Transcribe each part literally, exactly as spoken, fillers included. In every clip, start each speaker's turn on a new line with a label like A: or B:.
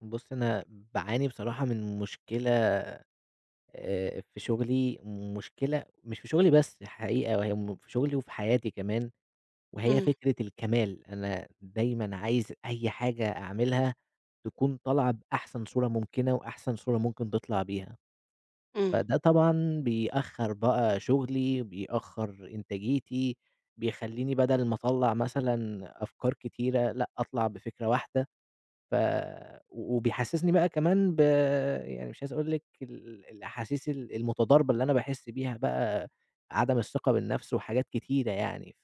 A: بُص، أنا باعاني بصراحة من مشكلة آآ في شغلي، مشكلة مش في شغلي بس حقيقة، وهي م في شغلي وفي حياتي كمان، وهي
B: إمم،
A: فكرة الكمال. أنا دايمًا عايز أي حاجة أعملها تكون طالعة بأحسن صورة ممكنة، وأحسن صورة ممكن تطلع بيها.
B: إمم،
A: فده طبعًا بيأخّر بقى شغلي، بيأخّر إنتاجيتي، بيخلّيني بدل ما أطلّع مثلًا أفكار كتيرة، لأ أطلع بفكرة واحدة. ف وبيحسّسني بقى كمان ب يعني مش عايز أقول لِك ال الأحاسيس ال المتضاربة اللي أنا باحس بيها بقى، عدم الثقة بالنَفْس وحاجات كتيرة يعني،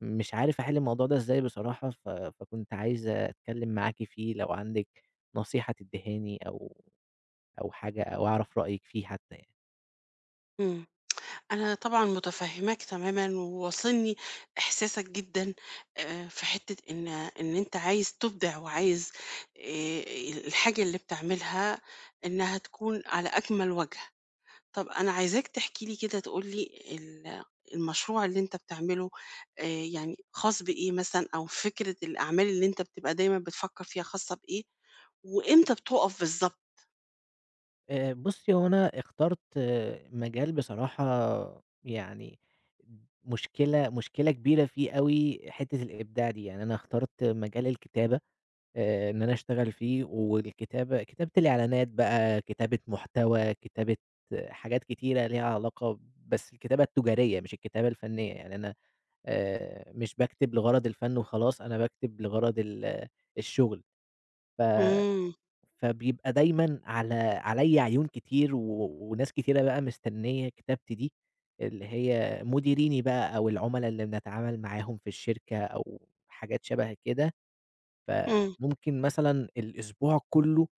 A: فمش عارف أحِل الموضوع ده إزاي بصراحة، ف فكنت عايز أتكلّم معاكِ فيه لو عندِك نصيحة تدّيهاني أو أو حاجة أو أعرف رأيِك فيه حتّى يعني.
B: إمم. أنا طبعًا متفهّماك تمامًا، وواصلني إحساسك جدًا آآ، في حتّة إن إن أنت عايز تبدع وعايز آآ، الحاجة اللي بتعملها إنها تكون على أكمل وجه. طَب أنا عايزاك تحكي لي كده تقول لي ال المشروع اللي أنت بتعمله، آآ، يعني خاص بإيه مثلًا، أو فكرة الأعمال اللي أنت بتبقى دايمًا بتفكّر فيها خاصة بإيه، وإمتى بتُقف بالضبط؟
A: آآ بُصّي، هو أنا اخترت آه، مجال بصراحة يعني مشكلة مشكلة كبيرة فيه أوي حتّة الإبداع دي، يعني أنا اخترت مجال الكتابة آآ إن أنا أشتغل فيه، والكتابة كتابة الإعلانات بقى، كتابة محتوى، كتابة آه، حاجات كتيرة ليها علاقة بس الكتابة التجارية مش الكتابة الفنية، يعني أنا آآ مش باكتب لغرض الفن وخلاص، أنا باكتب لغرض ال الشغل، ف
B: إمم،
A: فبيبقى دايمًا على عليَّ عيون كتير و وناس كتيرة بقى مستنية كتابتي دي، اللي هي مديريني بقى أو العُملا اللي بنتعامل معاهم في الشركة أو حاجات شبه كده،
B: إمم.
A: فممكن مثلًا الأسبوع كُلّه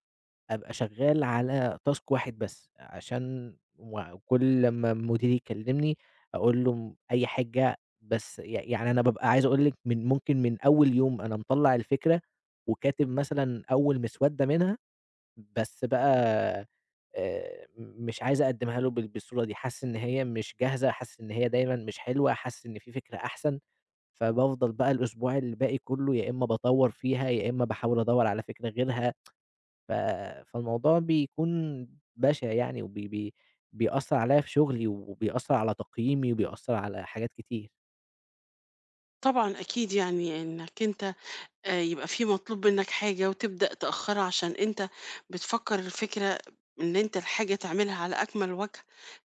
A: أبقى شغال على task واحد بس، عشان وكل لمّا مديري يكلمني أقول له م أي حاجة بس ي يعني أنا بابقى عايز أقول لِك من ممكن من أول يوم أنا مطلّع الفكرة وكاتب مثلًا أول مسودة منها بس بقى آآ مش عايز أقدّمها له بال بالصورة دي، حاسس إن هي مش جاهزة، حاسس إن هي دايمًا مش حلوة، حاسس إن في فكرة أحسن، فبافضل بقى الأسبوع اللي باقي كلّه يا إمّا باطوّر فيها، يا إمّا باحاول أدوّر على فكرة غيرها، ف فالموضوع بيكون بشع يعني وبي بي بيأثّر عليّا في شغلي وبيأثّر على تقييمي وبيأثّر على حاجات كتير.
B: طبعًا أكيد، يعني إنك أنت آآ يبقى في مطلوب منّك حاجة وتبدأ تأخّرها عشان أنت بتفكّر الفكرة إن أنت الحاجة تعملها على أكمل وجه.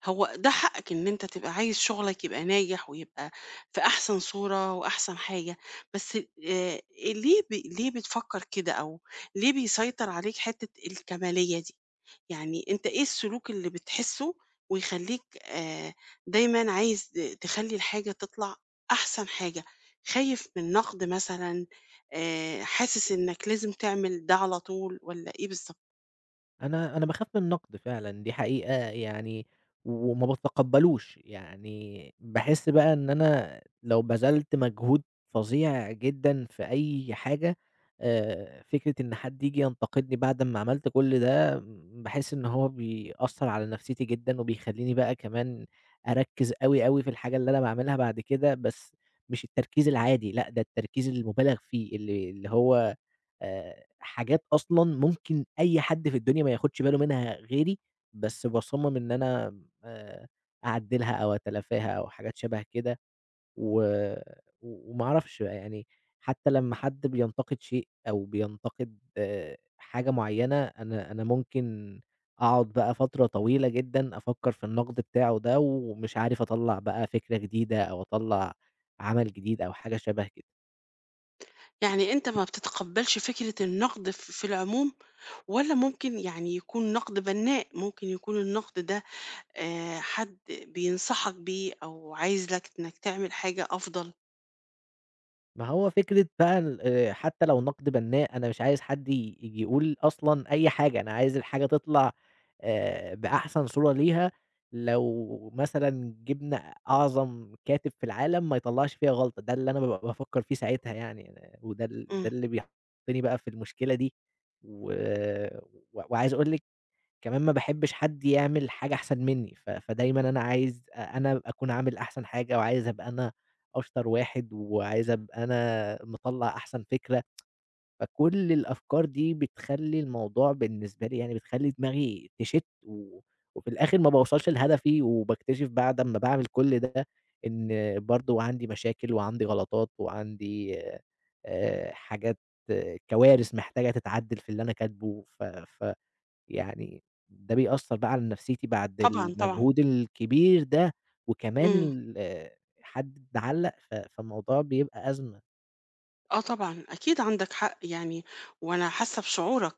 B: هو ده حقّك إن أنت تبقى عايز شغلك يبقى ناجح ويبقى في أحسن صورة وأحسن حاجة، بس آآ ليه ب ليه بتفكّر كده، أو ليه بيسيطر عليك حتّة الكمالية دي؟ يعني أنت إيه السلوك اللي بتحسه ويخلّيك آآ دايمًا عايز ت تخلّي الحاجة تطلع أحسن حاجة؟ خايف من نقد مثلًا، آآ حاسس إنك لازم تعمل ده على طول، والّا إيه بالضبط؟
A: أنا أنا باخاف من النقد فعلًا، دي حقيقة يعني وما باتقبّلوش، يعني باحس بقى إن أنا لو بذلت مجهود فظيع جدًا في أي حاجة، آآ فكرة إن حد ييجي ينتقدني بعد أمّا عملت كل ده، باحس إن هو بيأثّر على نفسيتي جدًا، وبيخلّيني بقى كمان أركّز أوي، أوي في الحاجة اللي أنا باعملها بعد كده، بس مش التركيز العادي، لأ ده التركيز المُبالغ فيه، اللي اللي هو آآ حاجات أصلًا ممكن أي حد في الدنيا ما ياخدش باله منها غيري، بس باصمم إن أنا آآ أعدّلها أو أتلافاها أو حاجات شبه كده، و وما أعرفش بقى يعني حتى لمّا حد بينتقد شيء أو بينتقد آآ حاجة معيّنة، أنا أنا ممكن أقعد بقى فترة طويلة جدًا أفكّر في النقد بتاعه ده، ومش عارف أطلّع بقى فكرة جديدة أو أطلّع عمل جديد أو حاجة شبه كده.
B: يعني أنت ما بتتقبّلش فكرة النقد ف في العموم، والّا ممكن يعني يكون نقد بنّاء، ممكن يكون النقد ده آآ حد بينصحك بيه أو عايز لك إنك تعمل حاجة أفضل؟
A: ما هو فكرة بقى ال آآ حتى لو نقد بنّاء، أنا مش عايز حد ي ييجي يقول أصلًا أي حاجة، أنا عايز الحاجة تطلع آآ بأحسن صورة ليها، لو مثلًا جِبنا أعظم كاتب في العالم ما يطلّعش فيها غلطة، ده اللي أنا بابقى بافكّر فيه ساعتها يعني أنا وده ال ده
B: إمم،
A: اللي بيحطّني بقى في المشكلة دي، و و وعايز أقول لِك كمان ما باحبش حد يعمل حاجة أحسن منّي، ف فدايمًا أنا عايز أ أنا أكون عامل أحسن حاجة، وعايز أبقى أنا أشطر واحد، وعايز أبقى أنا مطلّع أحسن فكرة، فكل الأفكار دي بتخلّي الموضوع بالنسبة لي يعني بتخلّي دماغي تشِت، و وفي الآخر ما باوصلش لهدفي، وباكتشف بعد أمّا باعمل كل ده إن برضه عندي مشاكل، وعندي غلطات، وعندي آآ حاجات آه، كوارث محتاجة تتعدّل في اللي أنا كاتبه، ف ف يعني ده بيأثّر بقى على نفسيتي بعد
B: طبعًا، طبعًا.
A: المجهود الكبير ده، وكمان
B: إمم.
A: ال آه، حد علّق ف فالموضوع بيبقى أزمة.
B: آه طبعًا، أكيد عندك حق يعني، وأنا حاسة بشعورك.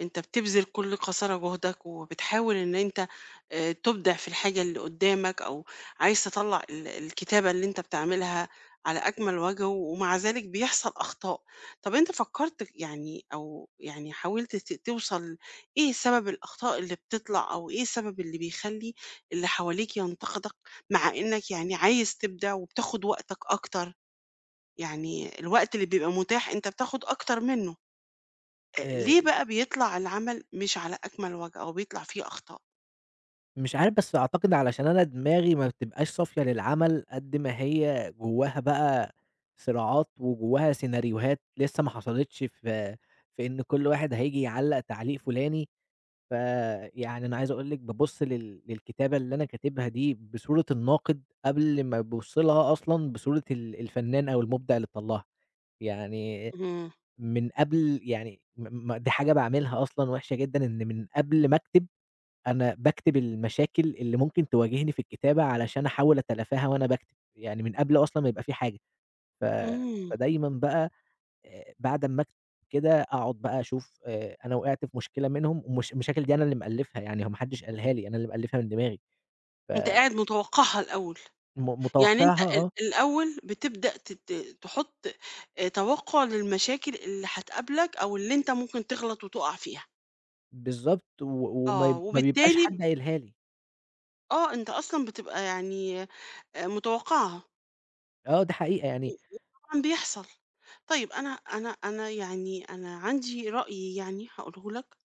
B: أنت بتبذل كل قصارى جهدك، وبتحاول إن أنت آآ تُبدع في الحاجة اللي قدّامك، أو عايز تطلّع ال الكتابة اللي أنت بتعملها على أكمل وجه، ومع ذلك بيحصل أخطاء. طب أنت فكّرت يعني، أو يعني حاولت ت توصل إيه سبب الأخطاء اللي بتطلع، أو إيه السبب اللي بيخلّي اللي حواليك ينتقدك، مع إنك يعني عايز تبدع وبتاخد وقتك أكتر؟ يعني الوقت اللي بيبقى متاح أنت بتاخد أكتر منه، آآ ليه
A: آآ،
B: بقى بيطلع العمل مش على أكمل وجه أو بيطلع فيه أخطاء؟
A: مش عارف بس أعتقد علشان أنا دماغي ما بتبقاش صافية للعمل قد ما هي جواها بقى صراعات، وجواها سيناريوهات لسه ما حصلتش، ف في إن كل واحد هييجي يعلّق تعليق فلاني فيعني أنا عايز أقول لِك بابُص لل للكتابة اللي أنا كاتبها دي بصورة الناقد، قبل ما أبُص لها أصلًا بصورة ال الفنان أو المُبدع اللي طلّعها، يعني
B: إمم،
A: من قبل يعني م م دي حاجة باعملها أصلًا وِحشة جدًا، إن من قبل ما أكتب، أنا باكتب المشاكل اللي ممكن تواجهني في الكتابة علشان أحاول أتلافاها وأنا باكتب، يعني من قبل أصلًا ما يبقى في حاجة، ف
B: إمم،
A: فدايمًا بقى آآ بعد أمّا أكتب كده أقعد بقى أشوف آآ أنا وقعت في مشكلة منهم ومش المشاكل دي أنا اللي مألّفها، يعني هو ما حدش قالها لي، أنا اللي مألّفها من دماغي، ف
B: أنت قاعد متوقعها الأول.
A: م
B: يعني أنت
A: متوقعها
B: ال
A: آه،
B: الأول بتبدأ تت تحط آآ توقع للمشاكل اللي هتقابلك أو اللي أنت ممكن تغلط وتُقع فيها.
A: بالضبط و وما
B: آه،
A: ي ما بيبقاش
B: وبالتالي
A: حد قايلها لي،
B: آه، أنت أصلًا بتبقى يعني آآ متوقعها،
A: آه دي حقيقة
B: و
A: يعني
B: وطبعًا بيحصل. طيب أنا أنا أنا يعني أنا عندي رأي، يعني هاقوله لك،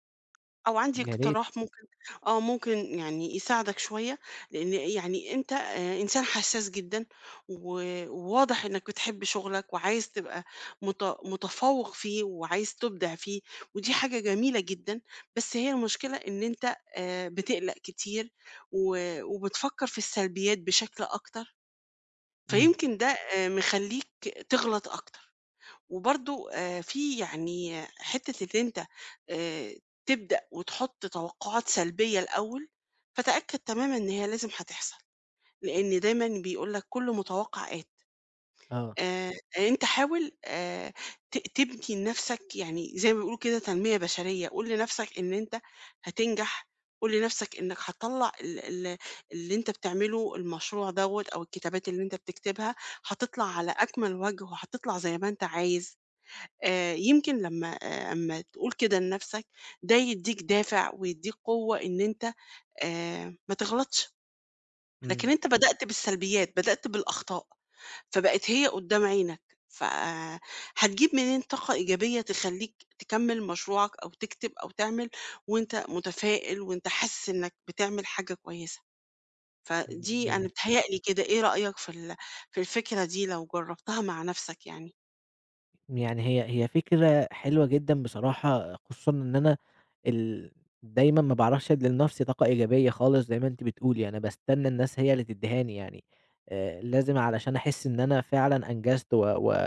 B: أو عندي
A: يا ريت،
B: اقتراح ممكن، آه، ممكن يعني يساعدك شوية. لإن يعني أنت آآ إنسان حساس جدًا، و وواضح إنك بتحب شغلك، وعايز تبقى مت متفوّق فيه وعايز تبدع فيه. ودي حاجة جميلة جدًا، بس هي المشكلة إن أنت آآ بتقلق كتير، و وبتفكّر في السلبيات بشكل أكتر،
A: إمم،
B: فيمكن ده آآ مخلّيك تغلط أكتر. وبرضه آآ في يعني حتّة إن أنت آآ تبدأ وتحُط توقعات سلبية الأول، فتأكد تمامًا إن هي لازم هتحصل، لإن دايمًا بيقول لك كُلّ متوقّع آت.
A: آه،
B: آآ أنت حاول آآ ت تبني لنَفْسك، يعني زي ما بيقولوا كده تنمية بشرية. قُل لنَفْسك إن أنت هتنجح، قُل لنَفْسك إنّك هتطلّع ال ال اللي أنت بتعمله المشروع دوّة، أو الكتابات اللي أنت بتكتبها، هتطلع على أكمل وجه وهتطلع زي ما أنت عايز. آآ يمكن لمّا آآ أمّا تقول كده لنَفْسك، ده يدّيك دافع ويدّيك قوة إن أنت آآ ما تغلطش. لكن
A: إمم،
B: أنت بدأت بالسلبيات، بدأت بالأخطاء، فبقت هي قدّام عينك، ف آه، هتجيب منين طاقة إيجابية تخلّيك تكمّل مشروعك أو تكتب أو تعمل وأنت متفائل وأنت حاسس إنّك بتعمل حاجة كويسة؟
A: ج
B: فدي أنا
A: جميل.
B: بتهيأ لي كده. إيه رأيك في ال في الفكرة دي لو جرّبتها مع نَفْسك يعني؟
A: يعني هي هي فكرة حلوة جدًا بصراحة، خصوصًا إن أنا ال دايمًا ما باعرفش أدّي لنفسي طاقة إيجابية خالص زي ما أنتِ بتقولي، أنا باستنى الناس هي اللي تدّيهاني يعني، آآ لازم علشان أحس إن أنا فعلًا أنجزت و و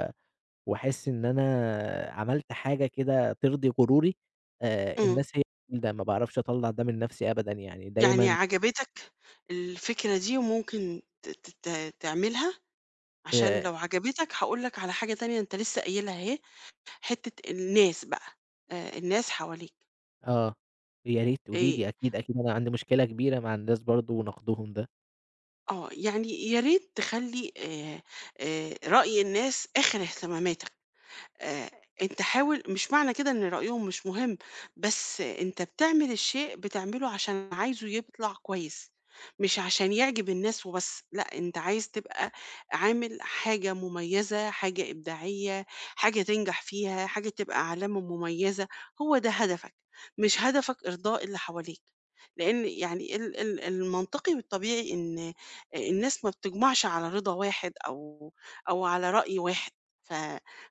A: وأحس إن أنا عملت حاجة كده ترضي غروري، آآ
B: إمم.
A: الناس هي ده ما باعرفش أطلّع ده من نفسي أبدًا يعني
B: يعني
A: دايمًا
B: عجبتك الفكرة دي وممكن ت ت ت تعملها، عشان
A: آآ
B: لو عجبتك هاقول لك على حاجة تانية أنت لسه قايلها أهي، حتة الناس بقى، آآ الناس حواليك
A: آه، يا ريت
B: آآ
A: قولي لي أكيد، أكيد أنا عندي مشكلة كبيرة مع الناس برضه ونقدهم ده.
B: آه، يعني يا ريت تخلّي آآ آآ رأي الناس آخر اهتماماتك. آآ أنت حاول، مش معنى كده إن رأيهم مش مهم، بس أنت بتعمل الشيء بتعمله عشان عايزه يطلع كويس، مش عشان يعجب الناس وبس. لأ، أنت عايز تبقى عامل حاجة مميزة، حاجة إبداعية، حاجة تنجح فيها، حاجة تبقى علامة مميزة. هو ده هدفك، مش هدفك إرضاء اللي حواليك، لإن يعني ال ال المنطقي والطبيعي إن الناس ما بتجمعش على رضا واحد، أو أو على رأي واحد، ف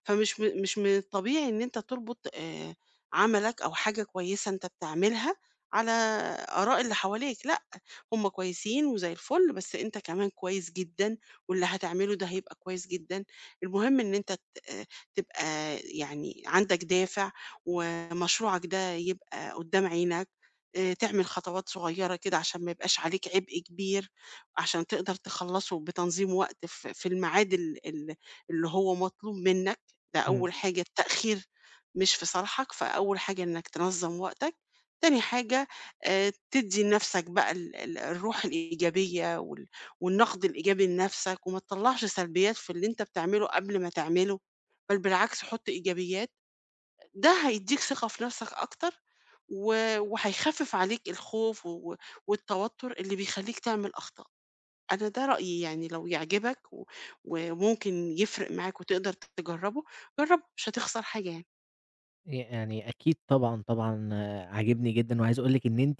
B: فمش م مش من الطبيعي إن أنت تربط آآ عملك أو حاجة كويسة أنت بتعملها على آراء اللي حواليك. لأ، هم كويسين وزي الفل، بس أنت كمان كويس جدًا، واللي هتعمله ده هيبقى كويس جدًا. المهم إن أنت ت آه، تبقى يعني عندك دافع، ومشروعك ده يبقى قدّام عينك. آآ تعمل خطوات صغيّرة كده عشان ما يبقاش عليك عبء كبير، عشان تقدر تخلّصه بتنظيم وقت ف في الميعاد ال ال اللي هو مطلوب منك. ده
A: إمم.
B: أول حاجة، التأخير مش في صالحك، فأول حاجة إنك تنظّم وقتك. تاني حاجة آآ تدّي لنَفْسك بقى ال ال الروح الإيجابية وال والنَقْد الإيجابي لنَفْسك، وما تطلّعش سلبيات في اللي أنت بتعمله قبل ما تعمله، بل بالعكس حُط إيجابيات. ده هيدّيك ثقة في نَفْسك أكتر، و وهيخفِّف عليك الخوف و والتوتُّر اللي بيخلّيك تعمل أخطاء. أنا ده رأيي يعني، لو يعجبك و وممكن يفرق معاك وتقدر تجرّبه، جرّبه مش هتخسر حاجة يعني.
A: يعني أكيد طبعًا، طبعًا آه، عاجبني جدًا، وعايز أقول لِك إن أنتِ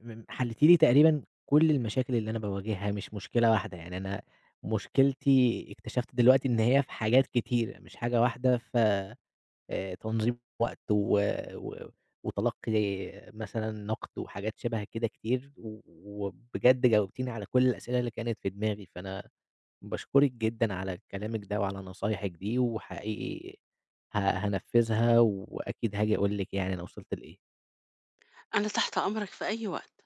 A: م حليتِ لي تقريبًا كل المشاكل اللي أنا باواجهها، مش مشكلة واحدة، يعني أنا مشكلتي اكتشفت دلوقتي إن هي في حاجات كتيرة، مش حاجة واحدة، ف آآ تنظيم وقت و و وتلقي مثلًا نقد وحاجات شبه كده كتير، و وبجد جاوبتيني على كل الأسئلة اللي كانت في دماغي، فأنا باشكرِك جدًا على كلامِك ده وعلى نصايحِك دي، وحقيقي ه هانفّذها وأكيد هاجي أقول لِك يعني أنا وصلت لإيه.
B: أنا تحت أمرك في أي وقت.